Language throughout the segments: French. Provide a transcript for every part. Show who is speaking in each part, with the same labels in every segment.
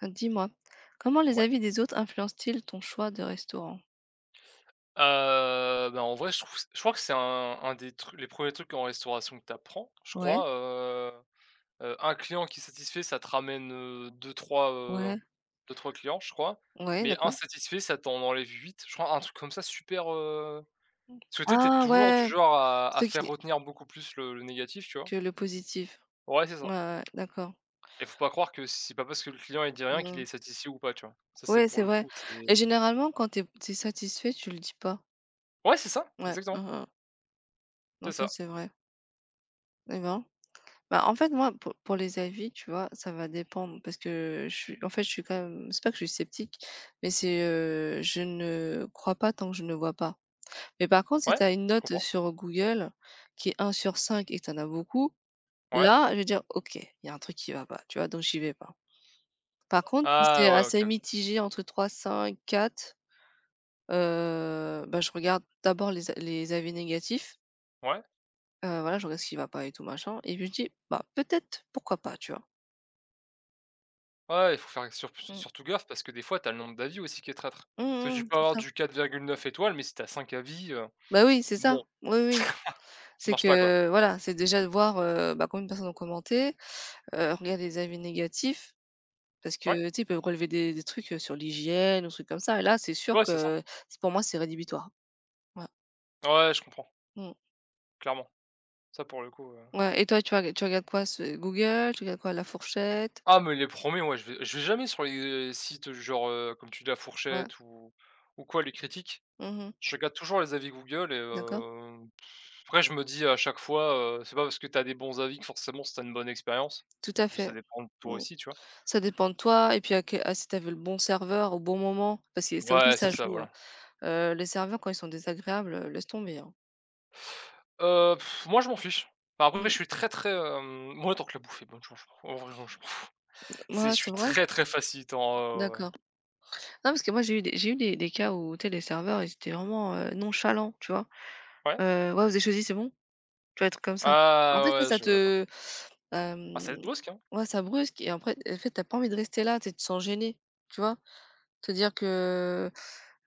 Speaker 1: Dis-moi, comment les
Speaker 2: Ouais,
Speaker 1: avis des autres influencent-ils ton choix de restaurant?
Speaker 2: bah, en vrai, je crois que c'est un des trucs les premiers trucs en restauration que tu apprends, je
Speaker 1: Ouais,
Speaker 2: crois, un client qui est satisfait, ça te ramène,
Speaker 1: ouais,
Speaker 2: 2-3 clients, je crois,
Speaker 1: ouais,
Speaker 2: mais
Speaker 1: d'accord.
Speaker 2: insatisfait, ça t'en enlève 8 je crois, un truc comme ça super, parce que tu es
Speaker 1: Ah
Speaker 2: toujours du
Speaker 1: ouais,
Speaker 2: genre à
Speaker 1: ceux
Speaker 2: faire
Speaker 1: qui
Speaker 2: retenir beaucoup plus le négatif, tu vois?
Speaker 1: que le positif.
Speaker 2: Ouais, c'est
Speaker 1: Ouais,
Speaker 2: ça,
Speaker 1: ouais, ouais, d'accord.
Speaker 2: et faut pas croire que c'est pas parce que le client, il dit rien qu'il est
Speaker 1: Mmh.
Speaker 2: satisfait ou pas, tu vois? Ça, c'est
Speaker 1: Ouais,
Speaker 2: pour
Speaker 1: c'est
Speaker 2: le
Speaker 1: vrai
Speaker 2: coup,
Speaker 1: et
Speaker 2: c'est
Speaker 1: généralement quand t'es es satisfait, tu le dis pas.
Speaker 2: ouais, c'est ça,
Speaker 1: Ouais, mmh
Speaker 2: exactement,
Speaker 1: mh. Non,
Speaker 2: c'est
Speaker 1: ça
Speaker 2: ça.
Speaker 1: c'est vrai et ben, moi, pour les avis, tu vois, ça va dépendre parce que je suis je suis quand même c'est pas que je suis sceptique, mais c'est je ne crois pas tant que je ne vois pas. Mais par contre, si
Speaker 2: Ouais,
Speaker 1: tu as une
Speaker 2: je
Speaker 1: note
Speaker 2: comprends,
Speaker 1: sur Google qui est un sur cinq et que tu en as beaucoup,
Speaker 2: ouais.
Speaker 1: là, je vais dire: «OK, il y a un truc qui va pas», tu vois? Donc j'y vais pas. Par contre, si c'est
Speaker 2: Ah ouais,
Speaker 1: assez
Speaker 2: OK.
Speaker 1: mitigé entre 3, 5, 4, bah, je regarde d'abord les avis négatifs,
Speaker 2: Ouais,
Speaker 1: voilà, je regarde ce qui va pas et tout machin et puis je dis: «Bah, peut-être, pourquoi pas», tu vois?
Speaker 2: ouais, il faut faire sur
Speaker 1: Mmh.
Speaker 2: surtout gaffe parce que des fois, tu as le nombre d'avis aussi qui est traître.
Speaker 1: Mmh
Speaker 2: Parce que tu
Speaker 1: mh.
Speaker 2: peux
Speaker 1: C'est
Speaker 2: avoir
Speaker 1: ça.
Speaker 2: du 4,9 étoiles, mais si tu as 5 avis,
Speaker 1: Bah, oui, c'est ça.
Speaker 2: bon,
Speaker 1: Oui, oui, oui.
Speaker 2: ça
Speaker 1: C'est
Speaker 2: marche pas, quoi.
Speaker 1: que voilà, c'est déjà de voir, bah, combien de personnes ont commenté, regarder les avis négatifs. Parce
Speaker 2: Ouais,
Speaker 1: que, tu sais, ils peuvent relever des trucs, sur l'hygiène ou des trucs comme ça et là, c'est sûr
Speaker 2: ouais, c'est ça.
Speaker 1: que c'est pour moi, c'est rédhibitoire. Ouais.
Speaker 2: Ouais, je comprends,
Speaker 1: Mmh.
Speaker 2: clairement. Ça, pour le coup,
Speaker 1: Ouais et toi, tu regardes quoi? C'est Google? Tu regardes quoi? La Fourchette?
Speaker 2: ah, mais les premiers, ouais, je vais jamais sur les sites genre, comme tu dis, La
Speaker 1: Ouais.
Speaker 2: Fourchette ou quoi, les critiques.
Speaker 1: Mmh.
Speaker 2: Je regarde toujours les avis Google et
Speaker 1: D'accord.
Speaker 2: heu, après, je me dis à chaque fois, c'est pas parce que tu as des bons avis que forcément, c'est une bonne expérience.
Speaker 1: Tout à
Speaker 2: Ça
Speaker 1: fait.
Speaker 2: dépend de toi
Speaker 1: Mmh.
Speaker 2: aussi, tu vois?
Speaker 1: Ça dépend de toi et puis à que à si tu avais le bon serveur au bon moment, parce que ça aussi,
Speaker 2: Ouais, c'est
Speaker 1: ça
Speaker 2: ça,
Speaker 1: joue, hein.
Speaker 2: voilà.
Speaker 1: Les serveurs, quand ils sont désagréables, laisse tomber, hein.
Speaker 2: Heu, Moi je m'en fiche. Enfin, après
Speaker 1: Mmh.
Speaker 2: je suis très, très, moi tant que la bouffe est bonne, je m'en fous. En vrai, non, je m'en fous. C'est
Speaker 1: Ouais,
Speaker 2: je
Speaker 1: c'est
Speaker 2: suis
Speaker 1: vrai?
Speaker 2: très, très facilitant, ouais, ouais,
Speaker 1: D'accord. Non, parce que moi, j'ai eu des cas où, tu sais, les serveurs, ils étaient vraiment, nonchalants, tu vois?
Speaker 2: ouais. Ouais?
Speaker 1: Ouais, vous avez choisi, c'est bon? Tu vois, des trucs comme ça. En fait,
Speaker 2: Ah ouais, je vois, je Ah ça va être
Speaker 1: hem,
Speaker 2: brusque, hein?
Speaker 1: ouais, ça brusque et après en fait, t'as pas envie de rester là, tu te sens gêné, tu vois? Te dire que,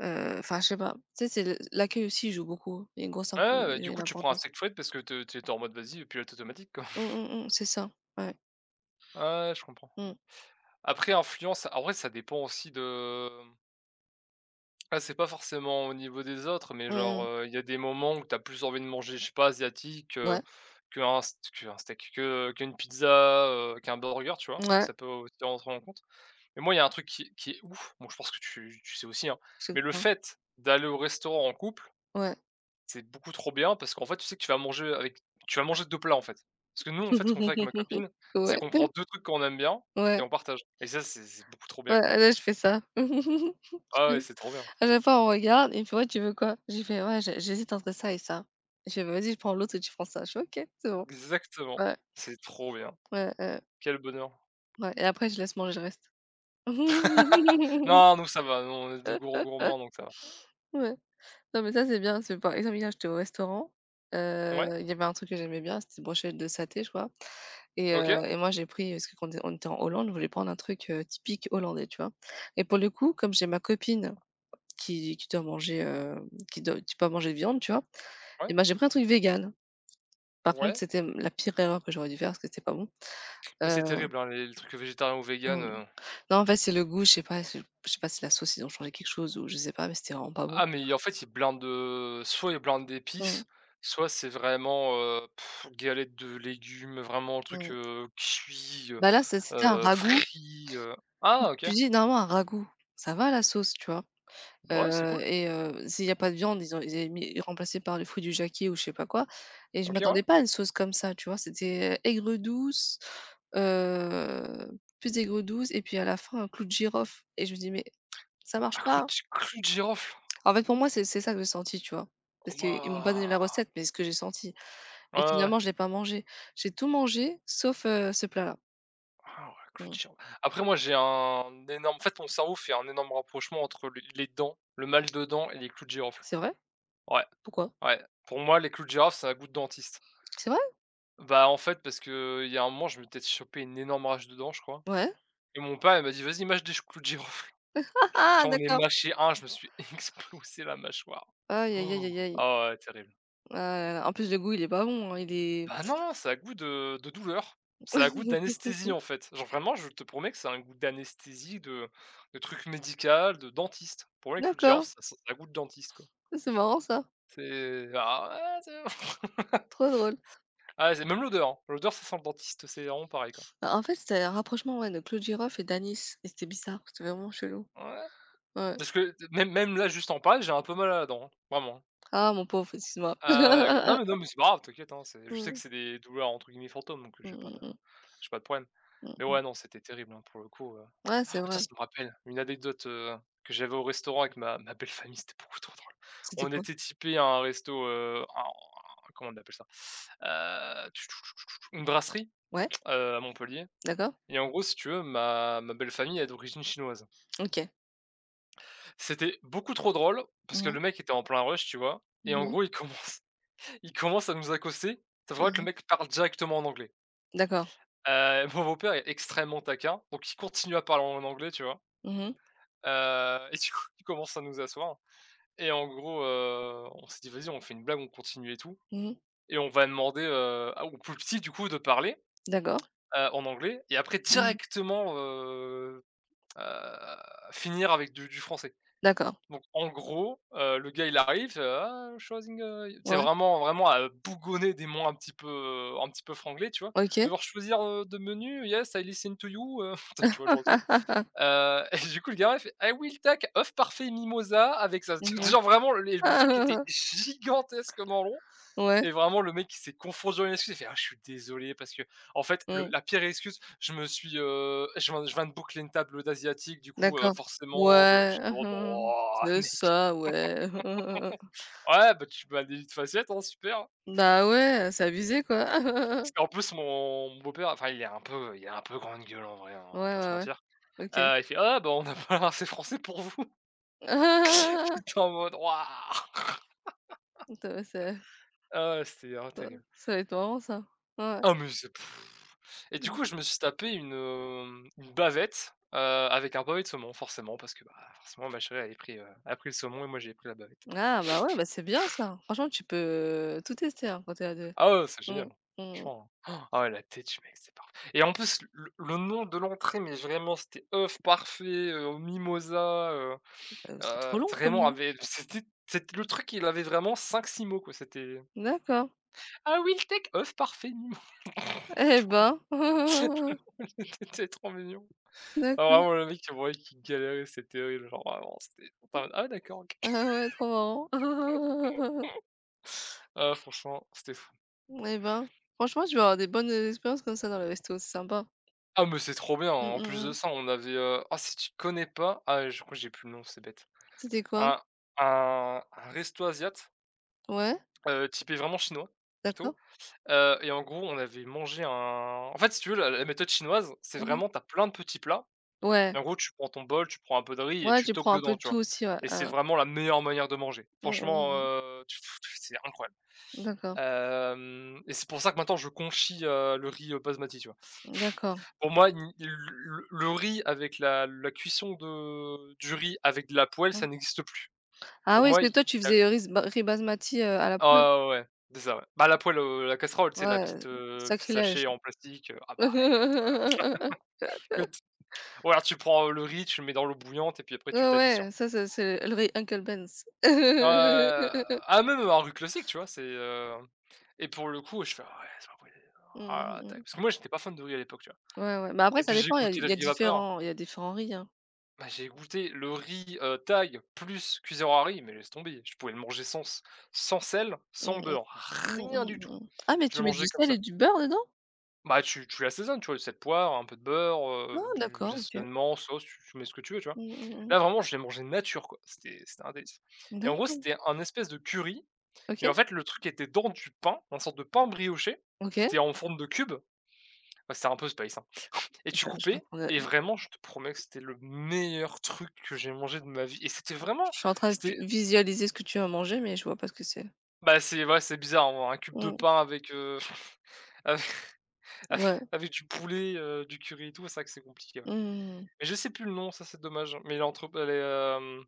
Speaker 1: je sais pas. Tu sais, c'est le l'accueil aussi joue beaucoup. Il y a une grosse imp
Speaker 2: Ouais, ouais, du coup
Speaker 1: une
Speaker 2: tu prends un
Speaker 1: importance.
Speaker 2: steak frites parce que te tu es en mode vas-y, pilote automatique quoi.
Speaker 1: Mmh, mmh, mmh, c'est ça. Ouais.
Speaker 2: Ouais, je comprends.
Speaker 1: Mmh.
Speaker 2: Après influence, en vrai ça dépend aussi de ah, c'est pas forcément au niveau des autres, mais
Speaker 1: Mmh mh.
Speaker 2: genre, il y a des moments où t'as plus envie de manger, je sais pas, asiatique,
Speaker 1: Ouais.
Speaker 2: qu'un steak, que qu'une pizza, qu'un burger, tu vois?
Speaker 1: Ouais,
Speaker 2: Ça peut aussi rentrer en compte. Mais moi, il y a un truc qui est ouf, bon je pense que tu sais aussi, hein,
Speaker 1: je
Speaker 2: mais le
Speaker 1: crois.
Speaker 2: fait d'aller au restaurant en couple,
Speaker 1: Ouais.
Speaker 2: c'est beaucoup trop bien parce qu'en fait, tu sais que tu vas manger 2 plats, en fait. Parce que nous, en fait, ce qu'on fait avec ma copine, c'est
Speaker 1: Ouais,
Speaker 2: qu'on prend 2 trucs qu'on aime bien et
Speaker 1: ouais,
Speaker 2: on partage et ça, c'est beaucoup trop
Speaker 1: ah
Speaker 2: bien, quoi.
Speaker 1: ouais, là, je fais ça. Je
Speaker 2: Ah
Speaker 1: fais
Speaker 2: ouais, c'est trop bien.
Speaker 1: à chaque fois, on regarde, il me fait: «Ouais, tu veux quoi?» J'ai fait: «Ouais, j'hésite entre ça et ça». Il fait: vas-y, je prends l'autre et tu prends ça». Je fais: «OK, c'est bon».
Speaker 2: Exactement,
Speaker 1: Ouais,
Speaker 2: c'est trop bien.
Speaker 1: ouais, ouais,
Speaker 2: Quel bonheur.
Speaker 1: ouais et après je laisse manger le reste.
Speaker 2: Non, nous ça va, nous on est 2 gros gourmands donc ça va.
Speaker 1: Ouais. Non mais ça c'est bien, c'est par exemple hier j'étais au restaurant,
Speaker 2: Ouais,
Speaker 1: il y avait un truc que j'aimais bien, c'était brochette de saté, je crois et
Speaker 2: OK,
Speaker 1: moi j'ai pris parce que quand on était en Hollande, je voulais prendre un truc, typique hollandais, tu vois? Et pour le coup, comme j'ai ma copine qui doit manger, qui doit qui peut pas manger de viande, tu vois? Et
Speaker 2: ouais,
Speaker 1: ben j'ai pris un truc vegan. Par contre,
Speaker 2: ouais,
Speaker 1: c'était la pire erreur que j'aurais dû faire parce que c'était pas bon.
Speaker 2: mais
Speaker 1: Heu,
Speaker 2: c'est terrible, hein, les trucs végétariens ou véganes,
Speaker 1: mmh. Non, en fait, c'est le goût, je sais pas si la sauce, ils ont changé quelque chose ou je sais pas, mais c'était vraiment pas bon.
Speaker 2: ah mais en fait, il blinde, soit il blinde d'épices,
Speaker 1: Mmh,
Speaker 2: soit c'est vraiment, galette de légumes, vraiment un truc,
Speaker 1: mmh.
Speaker 2: cuit,
Speaker 1: Bah, là, c'était un ragoût.
Speaker 2: frit,
Speaker 1: Si
Speaker 2: ah, OK.
Speaker 1: Tu dis, normalement, un ragoût, ça va la sauce, tu vois?
Speaker 2: Bah ouais, c'est cool.
Speaker 1: S'il y a pas de viande, ils avaient mis remplacé par le fruit du jacquier ou je sais pas quoi et je
Speaker 2: OK, ouais.
Speaker 1: m'attendais pas à une sauce comme ça, tu vois? C'était aigre-douce, heu, plus aigre-douce et puis à la fin, un clou de girofle et je me dis: «Mais ça marche
Speaker 2: Ah, clou
Speaker 1: pas».
Speaker 2: de clou de girofle.
Speaker 1: En fait, pour moi, c'est ça que j'ai senti, tu vois? Parce qu'ils m'ont pas donné la
Speaker 2: Waouh!
Speaker 1: recette, mais c'est ce que j'ai senti.
Speaker 2: Ouais,
Speaker 1: Et
Speaker 2: ouais, ouais.
Speaker 1: finalement, je l'ai pas mangé. J'ai tout mangé sauf, ce plat-là.
Speaker 2: Ah ouais, clou de
Speaker 1: Mmh.
Speaker 2: girofle. Après moi, j'ai un énorme en fait, mon cerveau fait un énorme rapprochement entre les dents, le mal de dents et les clous de girofle.
Speaker 1: C'est vrai?
Speaker 2: Ouais,
Speaker 1: Pourquoi?
Speaker 2: ouais. Pour moi, les clous de girofle, c'est un goût de dentiste.
Speaker 1: C'est vrai?
Speaker 2: Bah, en fait, parce que il y a un moment, je m'étais chopé une énorme rage de dents, je crois,
Speaker 1: Ouais.
Speaker 2: et mon père, il m'a dit: «Vas-y, mâche des clous de girofle».
Speaker 1: Ah ah!
Speaker 2: J'en ai
Speaker 1: D'accord.
Speaker 2: mâché un. Je me suis explosé la mâchoire.
Speaker 1: Aïe, aïe, aïe,
Speaker 2: Oh,
Speaker 1: aïe, aïe.
Speaker 2: ah ouais, terrible.
Speaker 1: Ah là là. En plus, le goût, il est pas bon, hein, il est
Speaker 2: Bah, non, ça a goût de douleur, ça a goût d'anesthésie, en fait. Genre vraiment, je te promets que ça a un goût d'anesthésie, de truc médical, de dentiste. Pour moi, les clous de girofle,
Speaker 1: d'accord.
Speaker 2: ça a goût de dentiste, quoi.
Speaker 1: C'est marrant ça.
Speaker 2: C'est ah ouais, c'est
Speaker 1: Trop drôle.
Speaker 2: ah, c'est même l'odeur, hein. L'odeur, ça sent le dentiste, c'est vraiment pareil, quoi.
Speaker 1: Bah, en fait, c'était un rapprochement, ouais, de clou de girofle et d'anis et c'était bizarre, c'était vraiment chelou.
Speaker 2: Ouais.
Speaker 1: Ouais.
Speaker 2: Parce que même là, juste en parler, j'ai un peu mal à la dent, hein, vraiment.
Speaker 1: Ah mon pauvre, excuse-moi.
Speaker 2: Non, mais non, mais c'est pas grave, t'inquiète, hein, c'est je sais que
Speaker 1: Mmh.
Speaker 2: c'est des douleurs entre guillemets «fantômes» donc
Speaker 1: Mmh
Speaker 2: j'ai pas
Speaker 1: mh,
Speaker 2: de
Speaker 1: mmh,
Speaker 2: problème. Mais
Speaker 1: mmh.
Speaker 2: ouais, non, c'était terrible, hein, pour le coup.
Speaker 1: Ouais, c'est
Speaker 2: Ah tiens,
Speaker 1: vrai.
Speaker 2: ça me rappelle une anecdote, que j'avais au restaurant avec ma belle famille, c'était beaucoup trop drôle.
Speaker 1: C'était
Speaker 2: On
Speaker 1: quoi?
Speaker 2: était typé à un resto, un comment on appelle ça? Heu, une brasserie,
Speaker 1: Ouais,
Speaker 2: à Montpellier
Speaker 1: d'accord.
Speaker 2: et en gros, si tu veux, ma belle famille est d'origine chinoise.
Speaker 1: OK.
Speaker 2: C'était beaucoup trop drôle parce
Speaker 1: Mmh
Speaker 2: que
Speaker 1: mh.
Speaker 2: le mec était en plein rush, tu vois? Et
Speaker 1: Mmh
Speaker 2: en
Speaker 1: mh.
Speaker 2: gros, il commence il commence à nous accoster, sauf qu'en
Speaker 1: Mmh
Speaker 2: fait, le
Speaker 1: mh.
Speaker 2: mec parle directement en anglais.
Speaker 1: D'accord.
Speaker 2: Mon beau-père est extrêmement taquin, donc il continue à parler en anglais, tu vois?
Speaker 1: Mmh mh.
Speaker 2: Et du coup, il commence à nous asseoir et en gros, on s'est dit: «Vas-y, on fait une blague, on continue et tout»
Speaker 1: Mmh mh.
Speaker 2: et on va demander, à au plus petit, du coup, de parler,
Speaker 1: D'accord.
Speaker 2: en anglais et après
Speaker 1: Mmh.
Speaker 2: directement, heu, finir avec du français.
Speaker 1: D'accord.
Speaker 2: Donc en gros, le gars il arrive, «Ah, Schwazing, tu
Speaker 1: Ouais.
Speaker 2: vraiment à bougonner des mots un petit peu franglais, tu vois?
Speaker 1: OK.
Speaker 2: Genre choisir, the menu, yes, I listen to you, tu vois, genre le truc, et du coup, le gars il fait: «I will take œuf parfait mimosa avec ça
Speaker 1: Mmh
Speaker 2: genre vraiment les le truc était gigantesquement long
Speaker 1: Ouais,
Speaker 2: et vraiment le mec il s'est confondu en une excuse il fait: «Ah je suis désolé parce que en fait le
Speaker 1: mmh.
Speaker 2: la pire excuse, je me suis, je viens de boucler une table d'asiatique, du coup,
Speaker 1: D'accord.
Speaker 2: forcément je
Speaker 1: Ouais,
Speaker 2: je» oh non,
Speaker 1: C'est
Speaker 2: mec!
Speaker 1: ça, ouais.
Speaker 2: Ouais, bah, tu m'as des vies de facettes, hein, super.
Speaker 1: Bah, ouais, c'est abusé,
Speaker 2: Parce
Speaker 1: quoi.
Speaker 2: qu'en plus mon beau-père, enfin il est un peu grande gueule en vrai, hein, on
Speaker 1: Ouais,
Speaker 2: va pas se
Speaker 1: ouais,
Speaker 2: mentir.
Speaker 1: ouais. OK.
Speaker 2: Il fait: «Ah bah, on n'a pas assez français pour vous». J'étais en mode: «Waouh!»
Speaker 1: T c'est ça
Speaker 2: Ah ouais, c'était vraiment terrible.
Speaker 1: ça va être marrant ça. Ouais.
Speaker 2: Ah mais c'est pff. Et du
Speaker 1: Mmh.
Speaker 2: coup, je me suis tapé une bavette, avec un pavé de saumon forcément parce que, bah, forcément ma chérie a pris le saumon et moi j'ai pris la bavette.
Speaker 1: Ah, bah, ouais, bah, c'est bien ça. Franchement, tu peux tout tester, hein, quand tu es à 2.
Speaker 2: Ah ouais, c'est
Speaker 1: Mmh,
Speaker 2: génial,
Speaker 1: mmh.
Speaker 2: franchement, hein. Ah ouais, la têtue, mec, c'est parfait et en plus, le nom de l'entrée, mais vraiment, c'était œuf parfait, au mimosa,
Speaker 1: C'est trop long comme
Speaker 2: vraiment
Speaker 1: nom.
Speaker 2: avait c'était le truc, il avait vraiment cinq six mots, quoi, c'était:
Speaker 1: D'accord.
Speaker 2: «Ah oui, le steak, œuf parfait, mimosa.
Speaker 1: Eh
Speaker 2: Tu vois?
Speaker 1: ben!
Speaker 2: C'était trop mignon. Ah
Speaker 1: D'accord.
Speaker 2: vraiment, le mec, tu voyais qu'il galérait, c'était terrible, genre vraiment, c'était «Ah d'accord, OK».
Speaker 1: Ah ouais, trop marrant.
Speaker 2: Ah franchement, c'était fou.
Speaker 1: Eh ben, franchement, je vais avoir des bonnes, expériences comme ça dans le resto, c'est sympa.
Speaker 2: Ah mais c'est trop bien,
Speaker 1: Mmh,
Speaker 2: en
Speaker 1: mmh
Speaker 2: plus de
Speaker 1: mh.
Speaker 2: ça, on avait, ah si tu connais pas, ah, je crois que j'ai plus le nom, c'est bête.
Speaker 1: C'était quoi?
Speaker 2: Un un resto asiat,
Speaker 1: Ouais,
Speaker 2: typé vraiment chinois, plutôt,
Speaker 1: d'accord.
Speaker 2: et en gros, on avait mangé un en fait, si tu veux, la méthode chinoise, c'est
Speaker 1: Mmh.
Speaker 2: vraiment t'as plein de petits plats et
Speaker 1: Ouais,
Speaker 2: en gros, tu prends ton bol, tu prends un peu de riz et
Speaker 1: ouais,
Speaker 2: tu
Speaker 1: tu
Speaker 2: toques
Speaker 1: prends un
Speaker 2: dedans,
Speaker 1: peu de
Speaker 2: tu
Speaker 1: tout
Speaker 2: vois?
Speaker 1: aussi, ouais,
Speaker 2: Et c'est vraiment la meilleure manière de manger.
Speaker 1: mmh,
Speaker 2: Franchement,
Speaker 1: mmh
Speaker 2: tu pff, c'est incroyable,
Speaker 1: mmh. D'accord,
Speaker 2: hem et c'est pour ça que maintenant je conchis, le riz, basmati, tu vois?
Speaker 1: d'accord.
Speaker 2: Pour moi, il le riz avec la cuisson de du riz avec de la poêle,
Speaker 1: Mmh.
Speaker 2: ça n'existe plus.
Speaker 1: Ah
Speaker 2: Pour
Speaker 1: oui, parce
Speaker 2: moi, il
Speaker 1: que toi, tu faisais riz basmati, à la poêle?
Speaker 2: ah ouais, ouais, ouais, ouais, c'est ça, ouais. Bah, la poêle, la casserole, tu sais, la
Speaker 1: Ouais,
Speaker 2: petite, petit
Speaker 1: sacrilège.
Speaker 2: sachet en plastique, ah bah, écoute écoute, ou alors tu prends, le riz, tu le mets dans l'eau bouillante et puis après
Speaker 1: Ouais,
Speaker 2: tu t'habilles sur.
Speaker 1: ouais, ça c'est le riz Uncle Ben's.
Speaker 2: Heu, ah même, un rue classique, tu vois? Et pour le coup, je fais: «Ah ouais, c'est pas possible.
Speaker 1: Mmh
Speaker 2: Ah là.
Speaker 1: mh.
Speaker 2: Parce que moi, j'étais pas fan de riz à l'époque, tu vois?
Speaker 1: Ouais, ouais, mais après
Speaker 2: Et
Speaker 1: ça
Speaker 2: puis j'ai
Speaker 1: dépend, il y a
Speaker 2: goûté le riz vapeur,
Speaker 1: il y a différents riz, hein.
Speaker 2: bah, j'ai goûté le riz, thaï plus cuiseur à riz, mais laisse tomber, je pouvais le manger sans sel, sans
Speaker 1: Mmh.
Speaker 2: beurre,
Speaker 1: Mmh
Speaker 2: rien
Speaker 1: mh,
Speaker 2: du tout.
Speaker 1: mmh. Ah mais
Speaker 2: Je
Speaker 1: tu
Speaker 2: le
Speaker 1: mets du
Speaker 2: mangeais comme
Speaker 1: sel
Speaker 2: ça.
Speaker 1: et du beurre dedans?
Speaker 2: Bah, tu l'assaisonnes, tu vois, cette poire, un peu de beurre,
Speaker 1: Ah
Speaker 2: du
Speaker 1: d'accord, OK.
Speaker 2: assaisonnement, sauce, tu mets ce que tu veux, tu vois?
Speaker 1: Mmh mh, mmh.
Speaker 2: Là, vraiment, je l'ai mangé nature, quoi, c'était un délice. Et en gros,
Speaker 1: D'accord.
Speaker 2: c'était un espèce de curry,
Speaker 1: OK,
Speaker 2: mais en fait, le truc était dans du pain, une sorte de pain brioché qui
Speaker 1: OK.
Speaker 2: était en forme de cube. Bah, c'était un peu space, hein, et tu
Speaker 1: Je je suis en
Speaker 2: coupais
Speaker 1: train
Speaker 2: et
Speaker 1: de
Speaker 2: vraiment, je te promets que c'était le meilleur truc que j'ai mangé de ma vie et
Speaker 1: je suis en train de vi
Speaker 2: c'était
Speaker 1: visualiser ce que tu as mangé, mais je vois pas ce que c'est.
Speaker 2: c'est ouais, c'est bizarre, hein, un cube de
Speaker 1: Mmh.
Speaker 2: pain avec, avec
Speaker 1: Ouais.
Speaker 2: avec du poulet, du curry et tout, c'est vrai que c'est compliqué, ouais.
Speaker 1: Mmh.
Speaker 2: Mais je sais plus le nom, ça c'est dommage, hein. Mais l'entre elle est,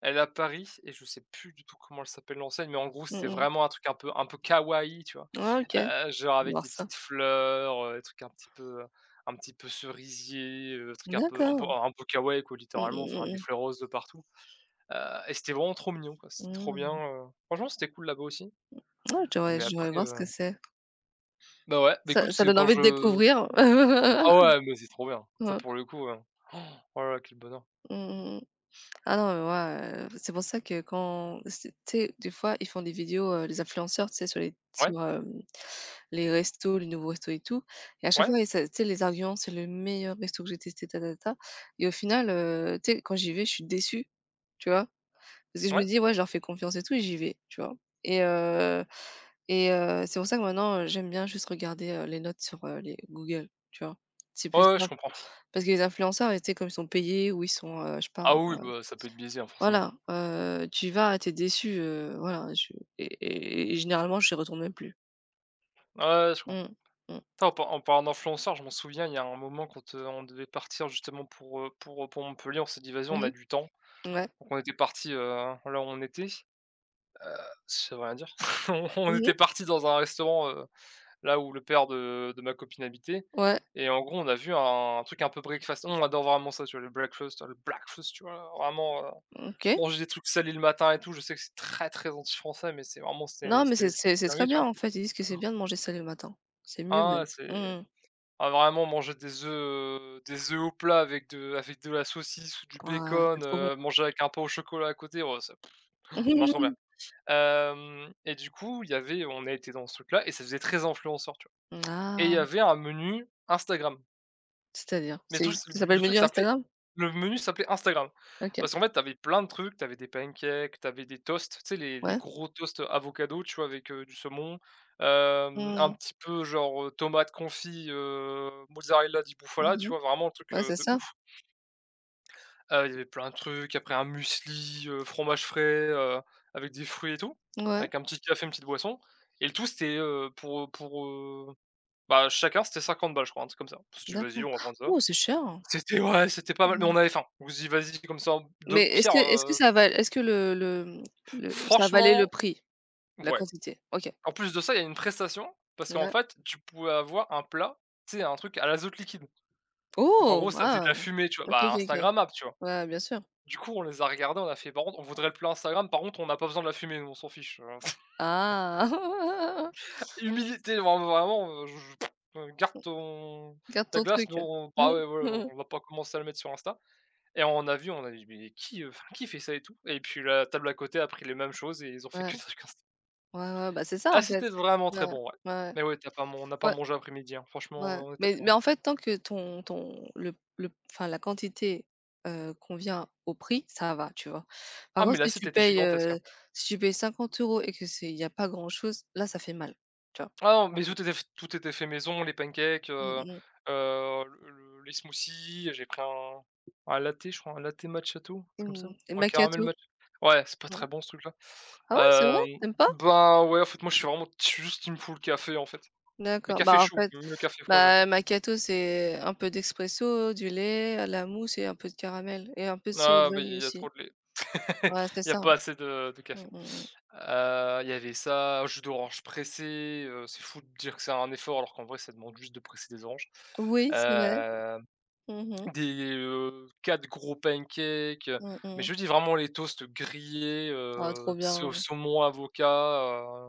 Speaker 2: elle est à Paris et je sais plus du tout comment elle s'appelle l'enseigne, mais en gros,
Speaker 1: Mmh
Speaker 2: c'était
Speaker 1: mh.
Speaker 2: vraiment un truc un peu kawaii, tu vois?
Speaker 1: Ouais, OK. Je
Speaker 2: Genre
Speaker 1: vais
Speaker 2: avec
Speaker 1: voir
Speaker 2: des
Speaker 1: ça.
Speaker 2: petites fleurs, des trucs un petit peu cerisier, truc un peu un peu
Speaker 1: D'accord.
Speaker 2: un peu kawaii quoi,
Speaker 1: Mmh
Speaker 2: littéralement,
Speaker 1: mh, mmh
Speaker 2: enfin des
Speaker 1: mh.
Speaker 2: fleurs roses de partout, heu et c'était vraiment trop mignon quoi, c'était trop bien,
Speaker 1: Mmh.
Speaker 2: franchement c'était cool là-bas aussi, mais
Speaker 1: Je devrais
Speaker 2: après,
Speaker 1: voir ce que c'est.
Speaker 2: bah, ouais, bah, écoute,
Speaker 1: Ça ça
Speaker 2: c'est
Speaker 1: donne
Speaker 2: quand
Speaker 1: envie de
Speaker 2: je
Speaker 1: découvrir.
Speaker 2: ah ouais, mais c'est trop bien, ça
Speaker 1: Ouais.
Speaker 2: pour le coup, oh oh là là, quel bonheur.
Speaker 1: Mmh mmh, mmh. Ah non, mais moi, c'est pour ça que quand c'est tu sais, des fois, ils font des vidéos, les influenceurs, tu sais, sur les
Speaker 2: Ouais,
Speaker 1: sur, hem, les restos, les nouveaux restos et tout et à chaque
Speaker 2: ouais,
Speaker 1: fois, et ça tu sais, les arguments: «C'est le meilleur resto que j'ai testé, ta ta ta» et au final, tu sais, quand j'y vais, je suis déçue, tu vois? Parce que je me
Speaker 2: ouais,
Speaker 1: dis: «Ouais, je leur fais confiance et tout» et j'y vais, tu vois? Et heu c'est pour ça que maintenant, j'aime bien juste regarder, les notes sur, les Google, tu vois? C'est
Speaker 2: ouais,
Speaker 1: plus
Speaker 2: ouais, je
Speaker 1: simple.
Speaker 2: comprends.
Speaker 1: Parce que les influenceurs, tu sais, comme ils sont payés ou ils sont, je sais pas
Speaker 2: Ah oui, bah, ça peut être biaisé, hein, forcément.
Speaker 1: voilà, tu y vas, t'es déçu, voilà, je et généralement, j'y retourne même plus.
Speaker 2: Ouais, ouais, je comprends.
Speaker 1: Mmh. Mmh.
Speaker 2: Putain, en parlant d'influenceurs, je m'en souviens, il y a un moment quand, on devait partir justement pour Montpellier, on s'est dit: «Vas-y, on a
Speaker 1: Mmh.
Speaker 2: du temps».
Speaker 1: Ouais.
Speaker 2: Donc on était parti là où on était, ça veut rien dire. On était
Speaker 1: Mmh.
Speaker 2: parti dans un restaurant, là où le père de ma copine habitait
Speaker 1: Ouais.
Speaker 2: et en gros, on a vu un truc un peu breakfast. On adore vraiment ça, tu vois, le breakfast, tu vois? Vraiment,
Speaker 1: OK.
Speaker 2: manger des trucs salés le matin et tout. Je sais que c'est très, très anti-français, mais c'est vraiment c'était
Speaker 1: Non, mais
Speaker 2: c'était c'était
Speaker 1: c'est très
Speaker 2: dinguerie, tu
Speaker 1: bien,
Speaker 2: vois?
Speaker 1: en fait. Ils disent que c'est bien de manger salé le matin. C'est mieux
Speaker 2: Ah ouais,
Speaker 1: même.
Speaker 2: c'est
Speaker 1: Mmh mh.
Speaker 2: ah vraiment manger des œufs au plat avec de la saucisse ou du
Speaker 1: Waouh, c'est
Speaker 2: bacon,
Speaker 1: trop bon.
Speaker 2: manger avec un pain au chocolat à côté, oh ça ça marche trop bien. Hem Et du coup, il y avait on a été dans ce truc-là et ça faisait très influenceur, tu vois? Et il
Speaker 1: Ah,
Speaker 2: y avait un menu Instagram.
Speaker 1: c'est-à-dire?
Speaker 2: Mais
Speaker 1: C'est
Speaker 2: surtout
Speaker 1: ça s'appelle menu Instagram?
Speaker 2: le menu s'appelait Instagram.
Speaker 1: OK.
Speaker 2: Parce qu'en fait, t'avais plein de trucs, t'avais des pancakes, t'avais des toasts, tu sais les
Speaker 1: Ouais.
Speaker 2: gros toasts avocado, tu vois? Avec, du saumon,
Speaker 1: Mmh
Speaker 2: un
Speaker 1: mh.
Speaker 2: petit peu genre, tomate confit, mozzarella di bufala, tu
Speaker 1: Mmh.
Speaker 2: vois? Vraiment un truc,
Speaker 1: Ouais, c'est
Speaker 2: de
Speaker 1: ça.
Speaker 2: ouf. Il y avait plein de trucs, après un muesli, fromage frais, heu, avec des fruits et tout,
Speaker 1: Ouais,
Speaker 2: avec un petit café, une petite boisson et le tout c'était, bah, chacun c'était 50 balles je crois, un truc comme ça. Je me suis «Vas-y,
Speaker 1: d'accord.
Speaker 2: on va prendre ça».
Speaker 1: Oh, c'est cher, hein!
Speaker 2: C'était ouais, c'était pas mal, mais on
Speaker 1: Mmh.
Speaker 2: avait faim. On se dit: «Vas-y» comme ça, de
Speaker 1: Mais est-ce
Speaker 2: pire,
Speaker 1: que le le ça valait le
Speaker 2: franchement,
Speaker 1: prix, la
Speaker 2: ouais.
Speaker 1: quantité? OK.
Speaker 2: En plus de ça, il y a une prestation parce qu'en
Speaker 1: Ouais.
Speaker 2: fait, tu pouvais avoir un plat, tu sais, un truc à l'azote liquide. Donc en
Speaker 1: Oh!
Speaker 2: gros, ça faisait de la
Speaker 1: Waouh!
Speaker 2: fumée, tu vois?
Speaker 1: OK,
Speaker 2: Bah,
Speaker 1: OK, OK.
Speaker 2: instagrammable, tu vois?
Speaker 1: Ouais, bien sûr.
Speaker 2: Du coup, on les a regardés, on a fait: «Par contre, on voudrait le plat Instagram, par contre, on n'a pas besoin de la fumée, nous, on s'en fiche».
Speaker 1: Ah!
Speaker 2: Humilité, vraiment, vraiment, je garde ton
Speaker 1: Garde
Speaker 2: ta
Speaker 1: ton
Speaker 2: glace,
Speaker 1: truc.
Speaker 2: nous on bah, ouais, voilà, on va pas commencer à le mettre sur Insta. Et on a vu, on a dit: «Mais qui, enfin, qui fait ça et tout?» Et puis la table à côté a pris les mêmes choses et ils ont fait que ça.
Speaker 1: Ouais, ouais, ouais, bah, c'est ça,
Speaker 2: Ah
Speaker 1: en fait.
Speaker 2: c'était vraiment
Speaker 1: Ouais,
Speaker 2: très bon, ouais.
Speaker 1: ouais,
Speaker 2: Mais ouais, t'as pas mon on n'a pas
Speaker 1: ouais,
Speaker 2: mangé après-midi, hein. Franchement,
Speaker 1: ouais.
Speaker 2: on était
Speaker 1: Mais
Speaker 2: plein,
Speaker 1: mais
Speaker 2: hein.
Speaker 1: en fait, tant que ton ton le enfin, la quantité, convient au prix, ça va, tu vois?
Speaker 2: Ah
Speaker 1: Par
Speaker 2: mais
Speaker 1: contre,
Speaker 2: l'assiette était gigantesque, hein.
Speaker 1: si tu payes 50 euros et que c'est il y a pas grand-chose, là, ça fait mal, tu vois?
Speaker 2: Ah non, mais
Speaker 1: Mmh.
Speaker 2: tout était fait maison, les pancakes,
Speaker 1: Mmh mh.
Speaker 2: le les smoothies, j'ai pris un latte, je crois, un latte matcha, tout c'est comme ça?
Speaker 1: Mmh. Les
Speaker 2: Un caramel
Speaker 1: macchiatos.
Speaker 2: match ouais, c'est pas
Speaker 1: Mmh.
Speaker 2: très bon ce truc-là.
Speaker 1: Ah ouais, c'est vrai?
Speaker 2: Hem,
Speaker 1: T'aimes pas?
Speaker 2: ben ouais, en fait, moi je suis vraiment je suis juste une full café, en fait. Mais
Speaker 1: D'accord,
Speaker 2: café chaud, le café froid, j'aime
Speaker 1: bah,
Speaker 2: pas.
Speaker 1: macchiato, c'est un peu d'espresso, du lait, à la mousse et un peu de caramel et un peu de sirop de
Speaker 2: Ah bah,
Speaker 1: vanille
Speaker 2: il y a trop
Speaker 1: aussi.
Speaker 2: de lait.
Speaker 1: Ouais, c'est
Speaker 2: Il y a
Speaker 1: ça, hein.
Speaker 2: pas assez de
Speaker 1: Mmh,
Speaker 2: café.
Speaker 1: mmh, mmh.
Speaker 2: Il y avait ça, jus d'orange pressé, c'est fou de dire que c'est un effort alors qu'en vrai ça demande juste de presser des oranges.
Speaker 1: Oui, c'est vrai.
Speaker 2: Heu,
Speaker 1: Mmh mh.
Speaker 2: 4 gros pancakes,
Speaker 1: Mmh
Speaker 2: mais
Speaker 1: mmh.
Speaker 2: je dis vraiment les toasts grillés,
Speaker 1: Ah trop bien.
Speaker 2: saumon avocat,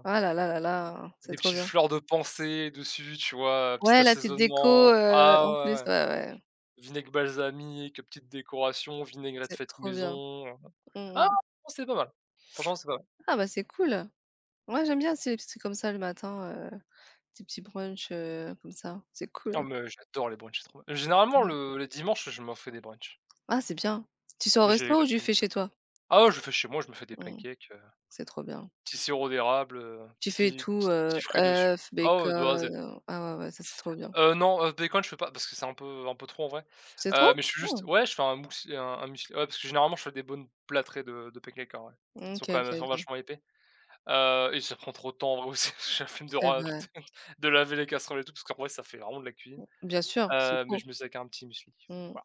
Speaker 1: Ah là là là là, c'est
Speaker 2: des
Speaker 1: trop
Speaker 2: petites
Speaker 1: bien.
Speaker 2: fleurs de pensée dessus, tu vois? Petit
Speaker 1: Ouais, la petite déco,
Speaker 2: assaisonnement. Ah
Speaker 1: en
Speaker 2: ouais, ouais,
Speaker 1: plus,
Speaker 2: ouais.
Speaker 1: ouais, ouais,
Speaker 2: Vinaigre balsamique, petite décoration, vinaigrette
Speaker 1: c'est
Speaker 2: faite
Speaker 1: trop bien.
Speaker 2: maison,
Speaker 1: Mmh
Speaker 2: ah!
Speaker 1: mh.
Speaker 2: C'est pas mal. Franchement, c'est pas mal.
Speaker 1: Ah bah, c'est cool. Moi, j'aime bien aussi les petits trucs comme ça le matin, des petits brunchs, comme ça, c'est cool.
Speaker 2: Oh mais j'adore les brunchs, c'est trop bien. Généralement
Speaker 1: Mmh.
Speaker 2: le les dimanches, je m'en fais des brunchs,
Speaker 1: Ah, c'est bien. Tu sors au
Speaker 2: mais j'ai
Speaker 1: resto
Speaker 2: la
Speaker 1: ou tu le
Speaker 2: flemme.
Speaker 1: fais chez toi?
Speaker 2: Ah ouais, je fais chez moi, je me fais des
Speaker 1: Mmh,
Speaker 2: pancakes,
Speaker 1: c'est trop bien.
Speaker 2: petit sirop d'érable,
Speaker 1: Tu fais tout,
Speaker 2: petit frais dessus.
Speaker 1: œuf,
Speaker 2: Ah ouais, de A à
Speaker 1: bacon,
Speaker 2: Z.
Speaker 1: ah ouais, ouais, ça c'est trop bien.
Speaker 2: Non, bacon je fais pas parce que c'est un peu trop en vrai,
Speaker 1: C'est trop?
Speaker 2: mais je fais juste
Speaker 1: Mmh.
Speaker 2: ouais, je fais un moussi un muesli ouais, parce que généralement je fais des bonnes plâtrées de pancakes en vrai. Ils sont
Speaker 1: OK,
Speaker 2: quand
Speaker 1: OK,
Speaker 2: même, ils sont
Speaker 1: OK.
Speaker 2: vachement épais. Et ça prend trop de temps en vrai aussi, j'ai la flemme de
Speaker 1: C'est
Speaker 2: ra
Speaker 1: vrai.
Speaker 2: de laver les casseroles et tout, parce qu'en vrai ça fait vraiment de la cuisine.
Speaker 1: Bien sûr, c'est
Speaker 2: Mais
Speaker 1: trop.
Speaker 2: je me fais avec un petit muesli.
Speaker 1: Mmh.